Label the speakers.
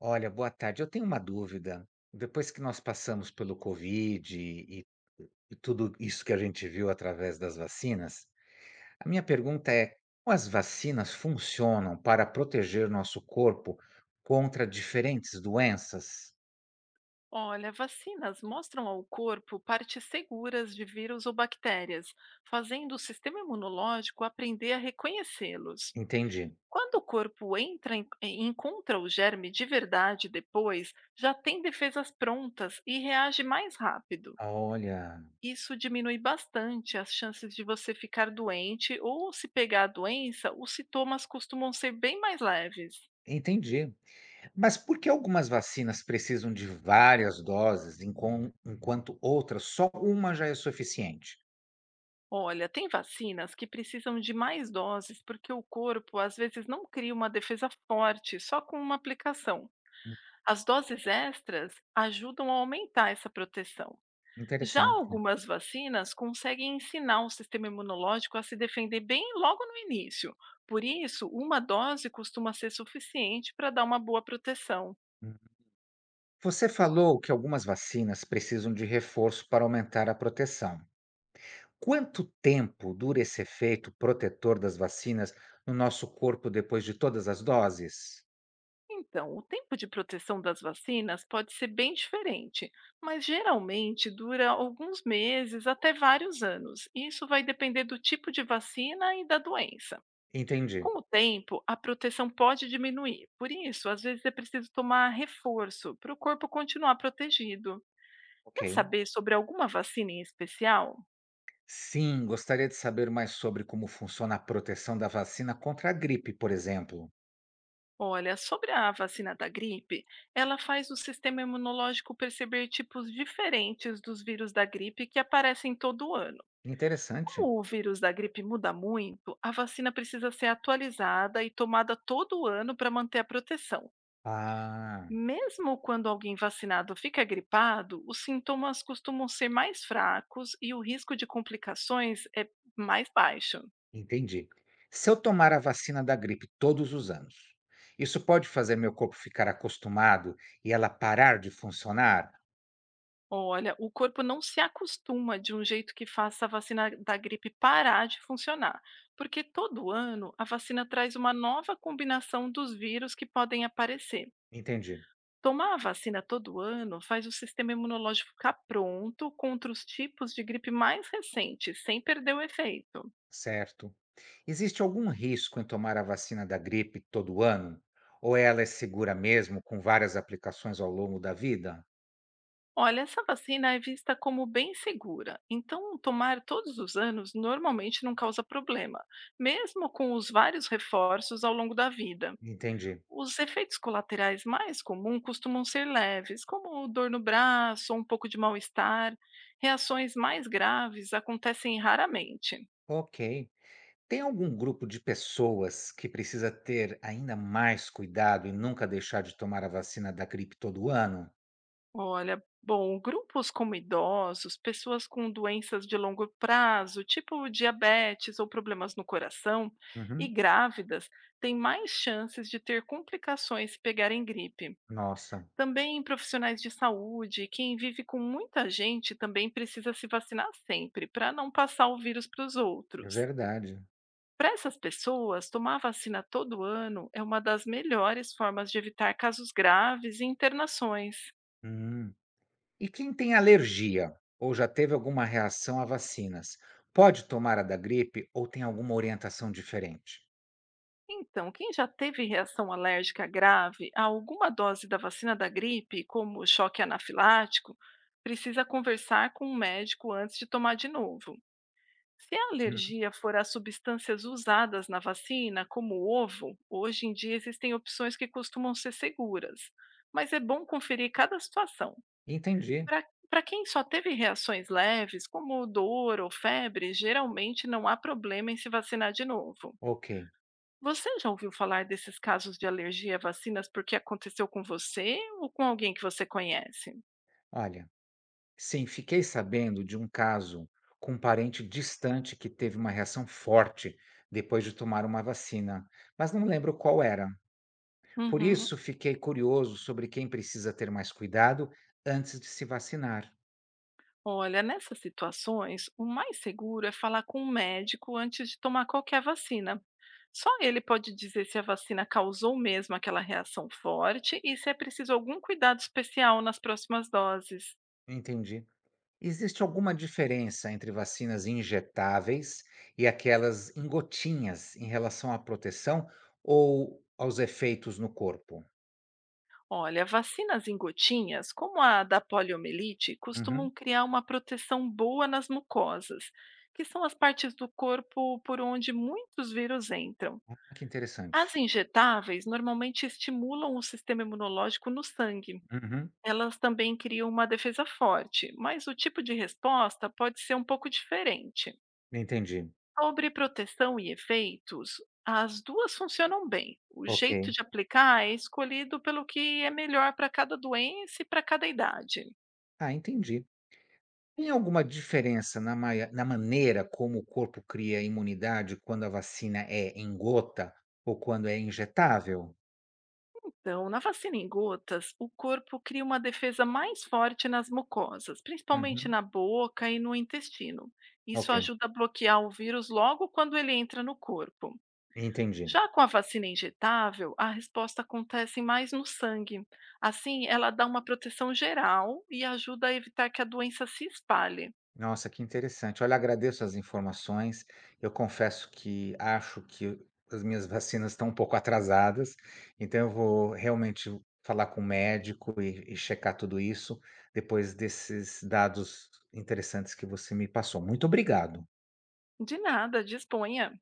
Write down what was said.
Speaker 1: Olha, boa tarde. Eu tenho uma dúvida. Depois que nós passamos pelo Covid e tudo isso que a gente viu através das vacinas, a minha pergunta é: como as vacinas funcionam para proteger nosso corpo contra diferentes doenças?
Speaker 2: Olha, vacinas mostram ao corpo partes seguras de vírus ou bactérias, fazendo o sistema imunológico aprender a reconhecê-los.
Speaker 1: Entendi.
Speaker 2: Quando o corpo encontra o germe de verdade depois, já tem defesas prontas e reage mais rápido.
Speaker 1: Olha,
Speaker 2: Isso diminui bastante as chances de você ficar doente ou, se pegar a doença, os sintomas costumam ser bem mais leves.
Speaker 1: entendi. Mas por que algumas vacinas precisam de várias doses, enquanto outras só uma já é suficiente?
Speaker 2: Olha, tem vacinas que precisam de mais doses porque o corpo às vezes não cria uma defesa forte só com uma aplicação.
Speaker 1: Hum.
Speaker 2: As doses extras ajudam a aumentar essa proteção. Já
Speaker 1: Interessante.
Speaker 2: algumas vacinas conseguem ensinar o sistema imunológico a se defender bem logo no início. Por isso, uma dose costuma ser suficiente para dar uma boa proteção.
Speaker 1: Você falou que algumas vacinas precisam de reforço para aumentar a proteção. Quanto tempo dura esse efeito protetor das vacinas no nosso corpo depois de todas as doses?
Speaker 2: Então, o tempo de proteção das vacinas pode ser bem diferente, mas geralmente dura alguns meses até vários anos. Isso vai depender do tipo de vacina e da doença.
Speaker 1: Entendi.
Speaker 2: Com o tempo, a proteção pode diminuir. Por isso, às vezes é preciso tomar reforço para o corpo continuar protegido.
Speaker 1: Ok.
Speaker 2: Quer saber sobre alguma vacina em especial?
Speaker 1: Sim, gostaria de saber mais sobre como funciona a proteção da vacina contra a gripe, por exemplo.
Speaker 2: Olha, sobre a vacina da gripe, ela faz o sistema imunológico perceber tipos diferentes dos vírus da gripe que aparecem todo ano.
Speaker 1: Interessante.
Speaker 2: Como o vírus da gripe muda muito, a vacina precisa ser atualizada e tomada todo ano para manter a proteção.
Speaker 1: Ah,
Speaker 2: Mesmo quando alguém vacinado fica gripado, os sintomas costumam ser mais fracos e o risco de complicações é mais baixo.
Speaker 1: entendi. Se eu tomar a vacina da gripe todos os anos, isso pode fazer meu corpo ficar acostumado e ela parar de funcionar?
Speaker 2: Olha, o corpo não se acostuma de um jeito que faça a vacina da gripe parar de funcionar, porque todo ano a vacina traz uma nova combinação dos vírus que podem aparecer.
Speaker 1: Entendi,
Speaker 2: Tomar a vacina todo ano faz o sistema imunológico ficar pronto contra os tipos de gripe mais recentes, sem perder o efeito.
Speaker 1: certo. Existe algum risco em tomar a vacina da gripe todo ano? Ou ela é segura mesmo com várias aplicações ao longo da vida?
Speaker 2: Olha, essa vacina é vista como bem segura, então tomar todos os anos normalmente não causa problema, mesmo com os vários reforços ao longo da vida.
Speaker 1: Entendi.
Speaker 2: Os efeitos colaterais mais comuns costumam ser leves, como dor no braço, um pouco de mal-estar. Reações mais graves acontecem raramente.
Speaker 1: Ok. Tem algum grupo de pessoas que precisa ter ainda mais cuidado e nunca deixar de tomar a vacina da gripe todo ano?
Speaker 2: Olha, bom, grupos como idosos, pessoas com doenças de longo prazo, tipo diabetes ou problemas no coração, e
Speaker 1: Uhum.
Speaker 2: grávidas têm mais chances de ter complicações se pegarem gripe.
Speaker 1: Nossa,
Speaker 2: Também profissionais de saúde, quem vive com muita gente também precisa se vacinar sempre para não passar o vírus para os
Speaker 1: é
Speaker 2: outros.
Speaker 1: verdade.
Speaker 2: Para essas pessoas, tomar vacina todo ano é uma das melhores formas de evitar casos graves e internações.
Speaker 1: Hum. E quem tem alergia ou já teve alguma reação a vacinas, pode tomar a da gripe ou tem alguma orientação diferente?
Speaker 2: Então, quem já teve reação alérgica grave a alguma dose da vacina da gripe, como o choque anafilático, precisa conversar com o médico antes de tomar de novo. Se a
Speaker 1: Hum,
Speaker 2: alergia for às substâncias usadas na vacina, como o ovo, hoje em dia existem opções que costumam ser seguras, mas é bom conferir cada situação.
Speaker 1: entendi.
Speaker 2: Para quem só teve reações leves, como dor ou febre, geralmente não há problema em se vacinar de novo.
Speaker 1: Ok.
Speaker 2: Você já ouviu falar desses casos de alergia a vacinas porque aconteceu com você ou com alguém que você conhece?
Speaker 1: Olha, sim, fiquei sabendo de um caso com um parente distante que teve uma reação forte depois de tomar uma vacina, mas não lembro qual era. Por
Speaker 2: Uhum.
Speaker 1: isso, fiquei curioso sobre quem precisa ter mais cuidado antes de se vacinar.
Speaker 2: Olha, nessas situações, o mais seguro é falar com um médico antes de tomar qualquer vacina. Só ele pode dizer se a vacina causou mesmo aquela reação forte e se é preciso algum cuidado especial nas próximas doses.
Speaker 1: Entendi. Existe alguma diferença entre vacinas injetáveis e aquelas em gotinhas em relação à proteção ou aos efeitos no corpo?
Speaker 2: Olha, vacinas em gotinhas, como a da poliomielite, costumam
Speaker 1: Uhum.
Speaker 2: criar uma proteção boa nas mucosas, que são as partes do corpo por onde muitos vírus entram.
Speaker 1: Ah, que interessante.
Speaker 2: As injetáveis normalmente estimulam o sistema imunológico no sangue.
Speaker 1: Uhum.
Speaker 2: Elas também criam uma defesa forte, mas o tipo de resposta pode ser um pouco diferente.
Speaker 1: Entendi.
Speaker 2: Sobre proteção e efeitos, as duas funcionam bem. O jeito
Speaker 1: Ok.
Speaker 2: de aplicar é escolhido pelo que é melhor para cada doença e para cada idade.
Speaker 1: Ah, entendi. Tem alguma diferença na maia na maneira como o corpo cria imunidade quando a vacina é em gota ou quando é injetável?
Speaker 2: Então, na vacina em gotas, o corpo cria uma defesa mais forte nas mucosas, principalmente
Speaker 1: Uhum.
Speaker 2: na boca e no intestino. Isso
Speaker 1: Ok,
Speaker 2: ajuda a bloquear o vírus logo quando ele entra no corpo.
Speaker 1: entendi.
Speaker 2: Já com a vacina injetável, a resposta acontece mais no sangue. Assim, ela dá uma proteção geral e ajuda a evitar que a doença se espalhe.
Speaker 1: Nossa, que interessante. Olha, agradeço as informações. Eu confesso que acho que as minhas vacinas estão um pouco atrasadas, então eu vou realmente falar com o médico e checar tudo isso depois desses dados interessantes que você me passou. Muito obrigado.
Speaker 2: De nada, disponha.